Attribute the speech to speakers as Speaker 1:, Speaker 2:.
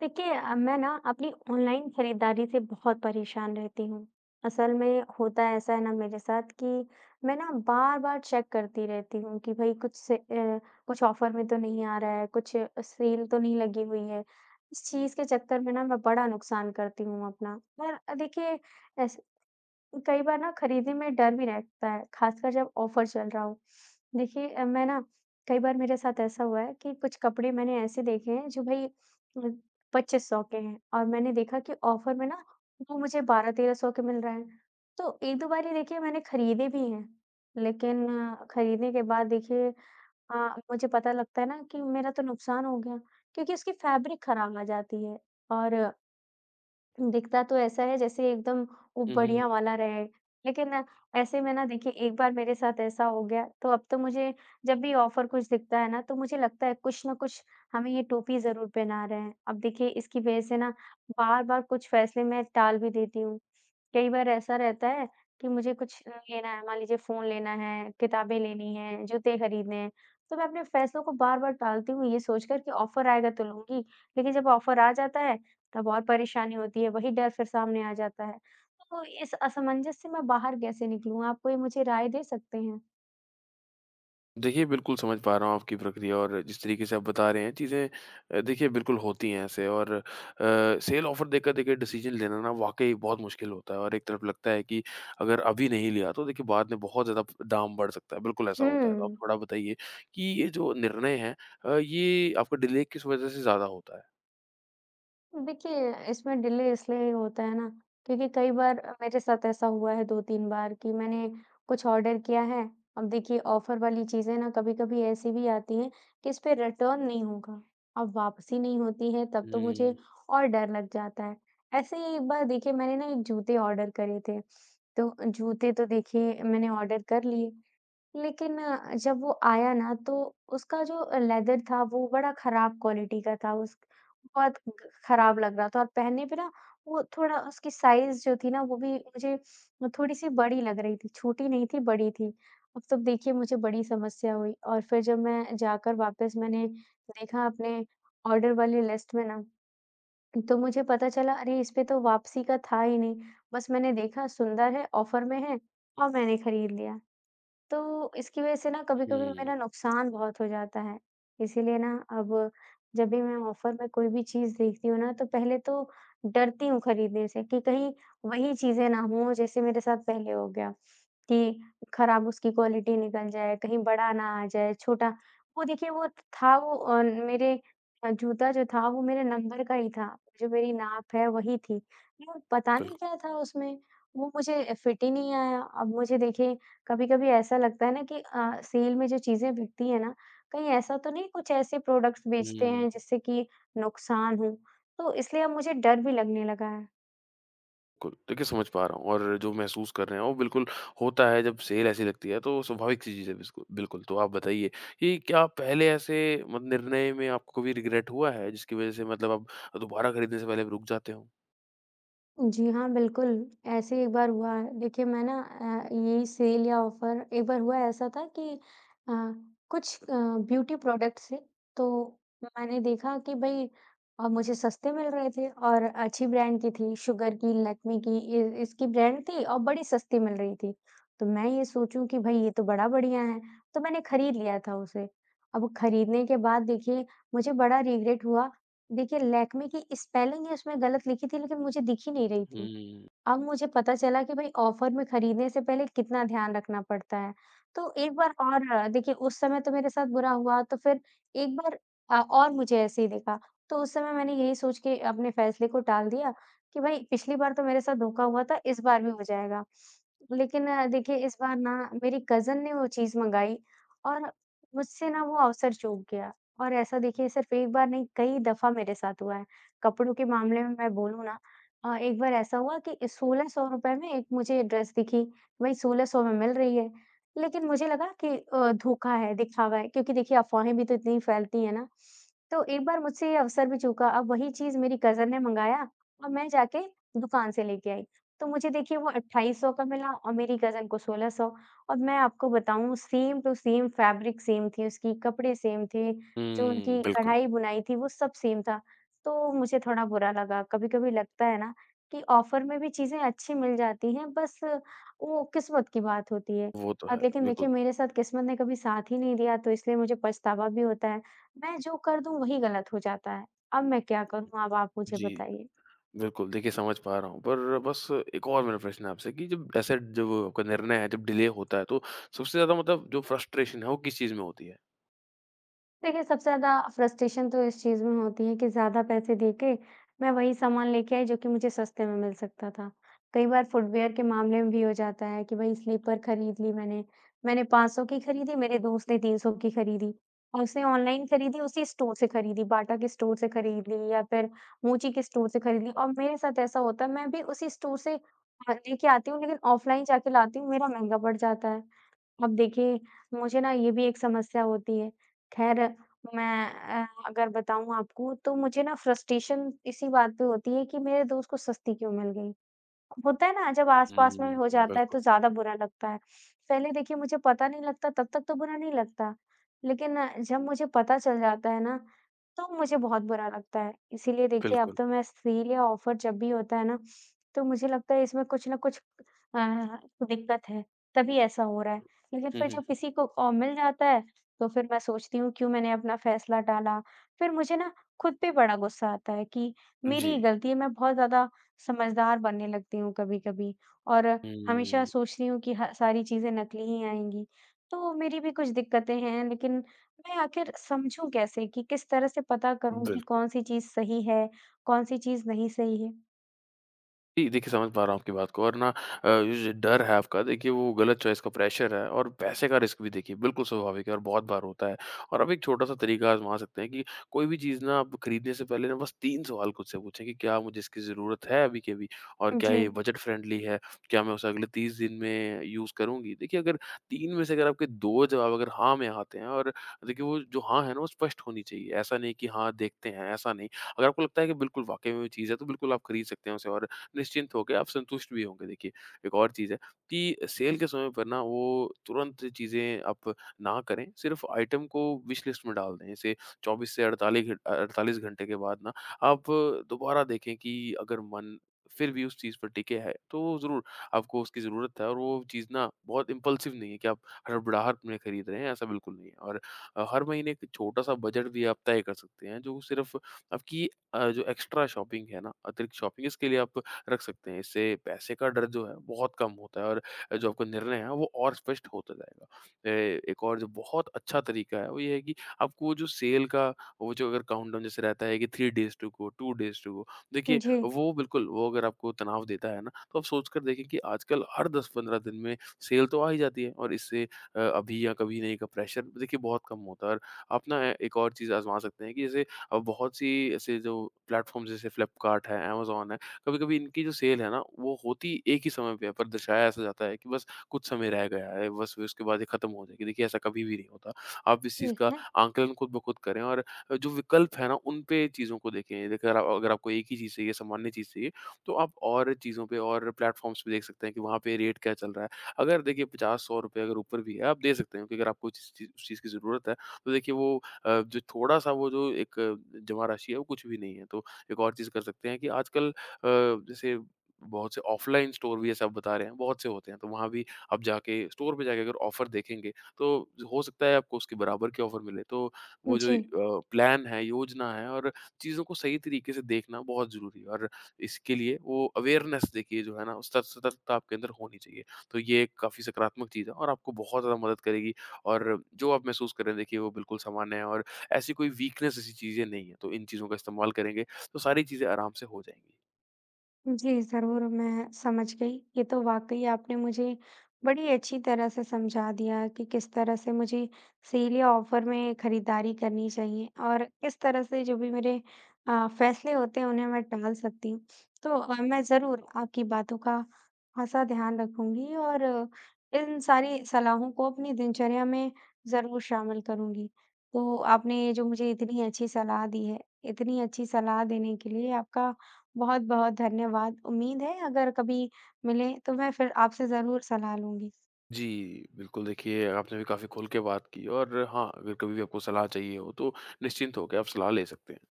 Speaker 1: देखिए मैं ना अपनी ऑनलाइन खरीदारी से बहुत परेशान रहती हूँ। असल में होता ऐसा है ना मेरे साथ कि मैं ना बार-बार चेक करती रहती हूँ कि भाई कुछ से कुछ ऑफर में तो नहीं आ रहा है, कुछ सेल तो नहीं लगी हुई है। इस चीज़ के चक्कर में ना मैं बड़ा नुकसान करती हूँ अपना। और देखिए ऐस कई बार ना खरीदने में डर भी रहता है, खासकर जब ऑफर चल रहा हो। देखिए मैं ना कई बार मेरे साथ ऐसा हुआ है कि कुछ कपड़े मैंने ऐसे देखे हैं जो भई 2500 के हैं और मैंने देखा कि ऑफर में ना वो मुझे 1200-1300 के मिल रहे हैं। तो 1-2 बार ही देखिए मैंने खरीदे भी हैं, लेकिन खरीदने के बाद देखिए अ, मुझे पता लगता है ना कि मेरा तो नुकसान हो गया, क्योंकि उसकी फैब्रिक खराब आ जाती है और दिखता तो ऐसा है जैसे एकदम वो
Speaker 2: हुँ, हुँ।
Speaker 1: बढ़िया वाला रहे। लेकिन ऐसे में ना देखिए एक बार मेरे साथ ऐसा हो गया तो अब तो मुझे जब भी ऑफ़र कुछ दिखता है ना तो मुझे लगता है कुछ न कुछ हमें ये टोपी ज़रूर पहना रहे हैं। अब देखिए इसकी वज़ह से ना बार-बार कुछ फ़ैसले मैं टाल भी देती हूँ। कई बार ऐसा रहता है कि मुझे कुछ लेना है, मान लीजिए फ़ोन लेना है, किताबें लेनी हैं, जूते खरीदने हैं, तो मैं अपने फ़ैसलों को बार-बार टालती हूँ ये सोचकर कि ऑफ़र आएगा तो लूँगी। लेकिन जब ऑफ़र आ जाता है तब और परेशानी होती है, वही डर फिर सामने आ जाता है। तो इस असमंजस से मैं बाहर कैसे निकलूँ? आप कोई मुझे राय दे सकते हैं?
Speaker 2: देखिए, बिल्कुल समझ पा रहा हूँ आपकी प्रक्रिया और जिस तरीके से आप बता रहे हैं चीज़ें। देखिए बिल्कुल होती हैं ऐसे और सेल ऑफ़र देखकर देखिए डिसीज़न लेना ना वाक़ई बहुत मुश्किल होता है और एक तरफ लगता है कि अगर अभी नहीं लिया तो देखिए बाद में बहुत ज़्यादा दाम बढ़ सकता है, बिल्कुल ऐसा होता है। तो आप
Speaker 1: हुँ।
Speaker 2: थोड़ा बताइए कि ये जो निर्णय है ये आपका डिले किस वज़ह से ज़्यादा होता है?
Speaker 1: देखिए, इसमें डिले इसलिए होता है ना, क्योंकि कई बार मेरे साथ ऐसा हुआ है 2-3 बार कि मैंने कुछ ऑर्डर किया है। अब देखिए ऑफ़र वाली चीज़ें ना कभी-कभी ऐसी भी आती हैं कि इस पे रिटर्न नहीं होगा। अब वापसी नहीं होती है तब तो मुझे
Speaker 2: हुँ,
Speaker 1: और डर लग जाता है। ऐसे ही एक बार देखिए मैंने ना एक जूते ऑर्डर करे थे। तो जूते तो देखिए मैंने ऑर्डर कर लिए लेकिन जब वो आया ना तो उसका जो लेदर था वो बड़ा खराब क्वालिटी का था उस बहुत ग खराब लग रहा था और पहनने पे ना वो थोड़ा उसकी साइज़ जो थी ना वो भी मुझे थोड़ी-सी बड़ी लग रही थी, छोटी नहीं थी बड़ी थी। अब तो देखिए मुझे बड़ी समस्या हुई और फिर जब मैं जाकर वापस मैंने देखा अपने ऑर्डर वाली लिस्ट में ना तो मुझे पता चला अरे इस पे तो वापसी का था ही नहीं। बस मैंने देखा सुंदर है, ऑफर में है और मैंने खरीद लिया। तो इसकी वजह से ना कभी-कभी
Speaker 2: हुँ,
Speaker 1: मेरा नुकसान बहुत हो जाता है। इसीलिए ना अब जब भी मैं ऑफ़र में कोई भी चीज़ देखती हूँ ना, तो पहले तो डरती हूँ खरीदने से कि कहीं वही चीज़ें ना हों जैसे मेरे साथ पहले हो गया, कि खराब उसकी क्वालिटी निकल जाए, कहीं बड़ा ना आ जाए, छोटा वो देखिए वो था वो मेरे जूता जो था वो मेरे नंबर का ही था, जो मेरी नाप है वही थी। वो पता नहीं
Speaker 2: बिल्कुल।
Speaker 1: क्या था उसमें, वो मुझे फिट ही नहीं आया। अब मुझे देखिए कभी-कभी ऐसा लगता है ना कि सेल में जो चीज़ें बिकती हैं ना, कहीं ऐसा तो नहीं कुछ ऐसे प्रोडक्ट्स बेचते हैं
Speaker 2: हुँ।
Speaker 1: जिससे कि नुकसान हो? तो इसलिए अब मुझे डर भी लगने लगा है।
Speaker 2: बिल्कुल, देखिए समझ पा रहा हूँ और जो महसूस कर रहे हैं वो बिल्कुल होता है जब सेल ऐसी लगती है तो स्वाभाविक सी चीज़ है बिस्कु बिल्कुल। तो आप बताइए कि क्या पहले ऐसे मत निर्णय में आपको कभी रिग्रेट हुआ है जिसकी वज़ह से मतलब आप दोबारा खरीदने से पहले रुक जाते हो?
Speaker 1: जी हाँ, बिल्कुल, ऐसे एक बार हुआ है। देखिए मैं ना यही सेल या ऑफ़र एक बार हुआ ऐसा था कि अ, कुछ ब्यूटी प्रोडक्ट्स थे, तो मैंने देखा कि भई मुझे सस्ते मिल रहे थे और अच्छी ब्रांड की थी, शुगर की, लैक्मे की इ इसकी ब्रांड थी और बड़ी सस्ती मिल रही थी। तो मैं ये सोचूँ कि भई ये तो बड़ा बढ़िया है, तो मैंने खरीद लिया था उसे। अब खरीदने के बाद देखिए मुझे बड़ा रिग्रेट हुआ देखिए लैक्मे की स्पेलिंग ही उसमें गलत लिखी थी, लेकिन मुझे दिख ही नहीं रही थी।
Speaker 2: हुँ।
Speaker 1: अब मुझे पता चला कि भाई ऑफर में खरीदने से पहले कितना ध्यान रखना पड़ता है। तो एक बार और देखिए उस समय तो मेरे साथ बुरा हुआ तो फिर एक बार और मुझे ऐसे ही देखा। तो उस समय मैंने यही सोच के अपने फैसले को टाल दिया कि भाई पिछली बार तो मेरे साथ धोखा हुआ था, इस बार भी हो जाएगा। लेकिन देखिए इस बार ना मेरी कज़िन ने वो चीज़ मँगाई और मुझसे ना वो अवसर चूक गया और ऐसा देखिए सिर्फ़ एक बार नहीं कई दफ़ा मेरे साथ हुआ है। कपड़ों के मामले में मैं बोलूँ ना एक बार ऐसा हुआ कि ₹1600 में एक मुझे ड्रेस दिखी, भाई 1600 में मिल रही है। लेकिन मुझे लगा कि धोखा है, दिखावा है क्योंकि देखिए अफ़वाहें भी तो इतनी फैलती हैं ना। तो एक बार मुझसे ये अवसर भी चूका, अब वही चीज़ मेरी कज़न ने मँगाया और मैं जाके दुकान से लेके आई। तो मुझे देखिए वो 2800 का मिला और मेरी कज़न को 1600 और मैं आपको बताऊँ same to same fabric same थी उसकी, कपड़े सेम थे, जो
Speaker 2: हुँ,
Speaker 1: उनकी
Speaker 2: बिल्कुल।
Speaker 1: कढ़ाई बुनाई थी वो सब सेम था। तो मुझे थोड़ा बुरा लगा, कभी-कभी लगता है ना कि ऑफ़र में भी चीज़ें अच्छी मिल जाती हैं, बस वो किस्मत की बात होती है।
Speaker 2: वो तो है,
Speaker 1: अब लेकिन
Speaker 2: बिल्कुल।
Speaker 1: देखिए मेरे साथ किस्मत ने कभी साथ ही नहीं दिया तो इसलिए मुझे पछतावा भी होता है। मैं जो कर दूँ वही गलत हो जाता है। अब मैं क्या करूँ? अब आप मुझे
Speaker 2: जी,
Speaker 1: बताइए।
Speaker 2: बिल्कुल देखिए समझ पा रहा हूँ पर बस एक और मेरा प्रश्न है आपसे कि जब ऐसा जब आपका निर्णय है, जब डिले होता है तो सबसे ज़्यादा मतलब जो फ्रस्ट्रेशन है वो किस चीज़ में होती है?
Speaker 1: देखिए, सबसे ज़्यादा फ्रस्ट्रेशन तो इस चीज़ में होती है कि ज़्यादा पैसे दे के मैं वही सामान लेके आई जो कि मुझे सस्ते में मिल सकता था। कई बार फुटवियर के मामले में भी हो जाता है कि भई स्लीपर खरीद ली मैंने, मैंने 500 की खरीदी, मेरे दोस्त ने 300 की खरीदी और उसने ऑनलाइन खरीदी, उसी स्टोर से खरीदी, बाटा के स्टोर से खरीद ली या फिर मोची के स्टोर से खरीद ली और मेरे साथ ऐसा होता है मैं भी उसी स्टोर से लेके आती हूँ लेकिन ऑफ़लाइन जाके लाती हूँ, मेरा महँगा पड़ जाता है। अब देखिए, मुझे ना ये भी एक समस्या होती है। ख़ैर मैं अगर बताऊँ आपको तो मुझे ना फ्रस्ट्रेशन इसी बात पे होती है कि मेरे दोस्त को सस्ती क्यों मिल गई। होता है ना, जब आस-पास में हो
Speaker 2: हुँ,
Speaker 1: जाता है
Speaker 2: बिल्कुल,
Speaker 1: तो ज़्यादा बुरा लगता है। पहले देखिए मुझे पता नहीं लगता तब तक तो बुरा नहीं लगता, लेकिन जब मुझे पता चल जाता है ना, तो मुझे बहुत बुरा लगता है। इसीलिए देखिए अब
Speaker 2: बिल्कुल।
Speaker 1: तो मैं सेल या ऑफ़र जब भी होता है ना, तो मुझे लगता है इसमें कुछ न कुछ अ, दिक्कत है, तभी ऐसा हो रहा है। लेकिन
Speaker 2: हुँ,
Speaker 1: फिर
Speaker 2: हुँ।
Speaker 1: जब किसी को मिल जाता है, तो फिर मैं सोचती हूँ क्यों मैंने अपना फ़ैसला टाला? फिर मुझे ना खुद पे बड़ा गुस्सा आता है कि
Speaker 2: जी।
Speaker 1: मेरी गलती है मैं बहुत ज़्यादा समझदार बनने लगती हूँ कभी-कभी और हमेशा
Speaker 2: हुँ।
Speaker 1: सोचती हूँ कि ह सारी चीज़ें नकली ही आएँगी। तो मेरी भी कुछ दिक्कतें हैं लेकिन मैं आखिर समझूँ कैसे कि किस तरह से पता करूँ कि
Speaker 2: बिल्कुल।
Speaker 1: कौन-सी चीज़ सही है, कौन-सी चीज़ नहीं सही है?
Speaker 2: जी, देखिए समझ पा रहा हूँ आपकी बात को और ना ये जो डर है आपका देखिए वो गलत चॉइस का प्रेशर है और पैसे का रिस्क भी देखिए बिल्कुल स्वाभाविक है और बहुत बार होता है। और आप एक छोटा-सा तरीका आज़मा सकते हैं कि कोई भी चीज़ ना आप खरीदने से पहले ना बस 3 सवाल खुद से पूछें कि क्या मुझे इसकी ज़रूरत है अभी के अभी? और क्या
Speaker 1: जी।
Speaker 2: ये बजट फ्रेंडली है? क्या मैं उसे अगले 30 दिन में यूज़ करूँगी? देखिए अगर 3 में से अगर आपके 2 जवाब अगर हाँ में आते हैं और देखिए वो जो हाँ है ना वो स्पष्ट होनी चाहिए। ऐसा नहीं कि हाँ देखते हैं, ऐसा नहीं। अगर आपको लगता है कि बिल्कुल वाक़ई में वो चीज़ है तो बिल्कुल आप खरीद सकते हैं उसे और निश्चिंत होके आप संतुष्ट भी होंगे। देखिए, एक और चीज़ है कि सेल के समय पर ना वो तुरंत चीज़ें आप ना करें, सिर्फ़ आइटम को विश लिस्ट में डाल दें। जैसे 24 से 48 घंटे के बाद ना आप दोबारा देखें कि अगर मन फिर भी उस चीज़ पर टिके है, तो ज़रूर आपको उसकी ज़रूरत है और वो चीज़ ना बहुत इम्पल्सिव नहीं है कि आप हड़बड़ाहट में खरीद रहे हैं, ऐसा बिल्कुल नहीं है। और हर महीने एक छोटा-सा बजट भी आप तय कर सकते हैं, जो सिर्फ़ आपकी जो एक्स्ट्रा शॉपिंग है ना, अतिरिक्त शॉपिंग, इसके लिए आप रख सकते हैं। इससे पैसे का डर जो है बहुत कम होता है और जो आपका निर्णय है वो और स्पष्ट होता जाएगा। ए एक और जो बहुत अच्छा तरीका है वो ये है कि आपको वो जो सेल का वो जो अगर काउंटडाउन जैसे रहता है कि 3 days to go, 2 days to go देखिए
Speaker 1: जी।
Speaker 2: वो बिल्कुल वो अगर आपको तनाव देता है ना तो आप सोच कर देखें कि आजकल हर 10-15 दिन में सेल तो आ ही जाती है और इससे अभी या कभी नहीं का प्रेशर देखिए बहुत कम होता है और आप ना एक और चीज़ आज़मा सकते हैं कि जैसे अब बहुत सी ऐसे जो प्लेटफ़ॉर्म्स जैसे फ्लिपकार्ट है, अमेज़न है कभी-कभी इनकी जो सेल है ना, वो होती एक ही समय पे है, पर दर्शाया ऐसा जाता है कि बस कुछ समय रह गया है, बस फिर उसके बाद ये खत्म हो जाएगी। देखिए, ऐसा कभी भी नहीं होता। आप इस चीज़
Speaker 1: ठीक
Speaker 2: का
Speaker 1: है।
Speaker 2: आकलन खुद ब खुद करें और जो विकल्प है ना, उन पे चीज़ों को देखें। देखिए, अगर आपको एक ही चीज़ चाहिए, सामान्य चीज़ चाहिए, तो आप और चीज़ों पे और प्लेटफ़ॉर्म्स पे देख सकते हैं कि वहाँ पे रेट क्या चल रहा है। अगर देखिए, 50-100 रुपए अगर ऊपर भी है, आप दे सकते हैं क्योंकि अगर आपको जिस चीज़ उस चीज़ की ज़रूरत है, तो देखिए वो जो थोड़ा-सा वो जो एक जमा राशि है, वो कुछ भी नहीं है। तो एक और चीज़ कर सकते हैं कि आजकल अ, जैसे बहुत से ऑफलाइन स्टोर भी ऐसे आप बता रहे हैं, बहुत से होते हैं, तो वहाँ भी आप जाके स्टोर पे जाके अगर ऑफ़र देखेंगे, तो हो सकता है आपको उसके बराबर के ऑफ़र मिले। तो वो जो
Speaker 1: जी।
Speaker 2: प्लान है, योजना है और चीज़ों को सही तरीके से देखना बहुत ज़रूरी है और इसके लिए वो अवेयरनेस देखिए जो है ना, सत सतर्कता आपके अंदर होनी चाहिए। तो ये एक काफ़ी सकारात्मक चीज़ है और आपको बहुत ज़्यादा मदद करेगी और जो आप महसूस कर रहे हैं, देखिए वो बिल्कुल सामान्य है और ऐसी कोई वीकनेस ऐसी चीज़ें नहीं है। तो इन चीज़ों का इस्तेमाल करेंगे, तो सारी चीज़ें आराम से हो जाएँगी।
Speaker 1: जी, ज़रूर मैं समझ गई। ये तो वाक़ई आपने मुझे बड़ी अच्छी तरह से समझा दिया कि किस तरह से मुझे सेल या ऑफ़र में खरीदारी करनी चाहिए और किस तरह से जो भी मेरे फैसले होते हैं उन्हें मैं टाल सकती हूँ। तो मैं ज़रूर आपकी बातों का ख़ासा ध्यान रखूँगी और इन सारी सलाहों को अपनी दिनचर्या में ज़रूर शामिल करूँगी। तो आपने ये जो मुझे इतनी अच्छी सलाह दी है, इतनी अच्छी सलाह देने के लिए आपका बहुत-बहुत धन्यवाद। उम्मीद है अगर कभी मिलें तो मैं फिर आपसे ज़रूर सलाह लूँगी।
Speaker 2: जी, बिल्कुल देखिए आपने भी काफ़ी खुल के बात की और हाँ, अगर कभी भी आपको सलाह चाहिए हो तो निश्चिंत होके आप सलाह ले सकते हैं।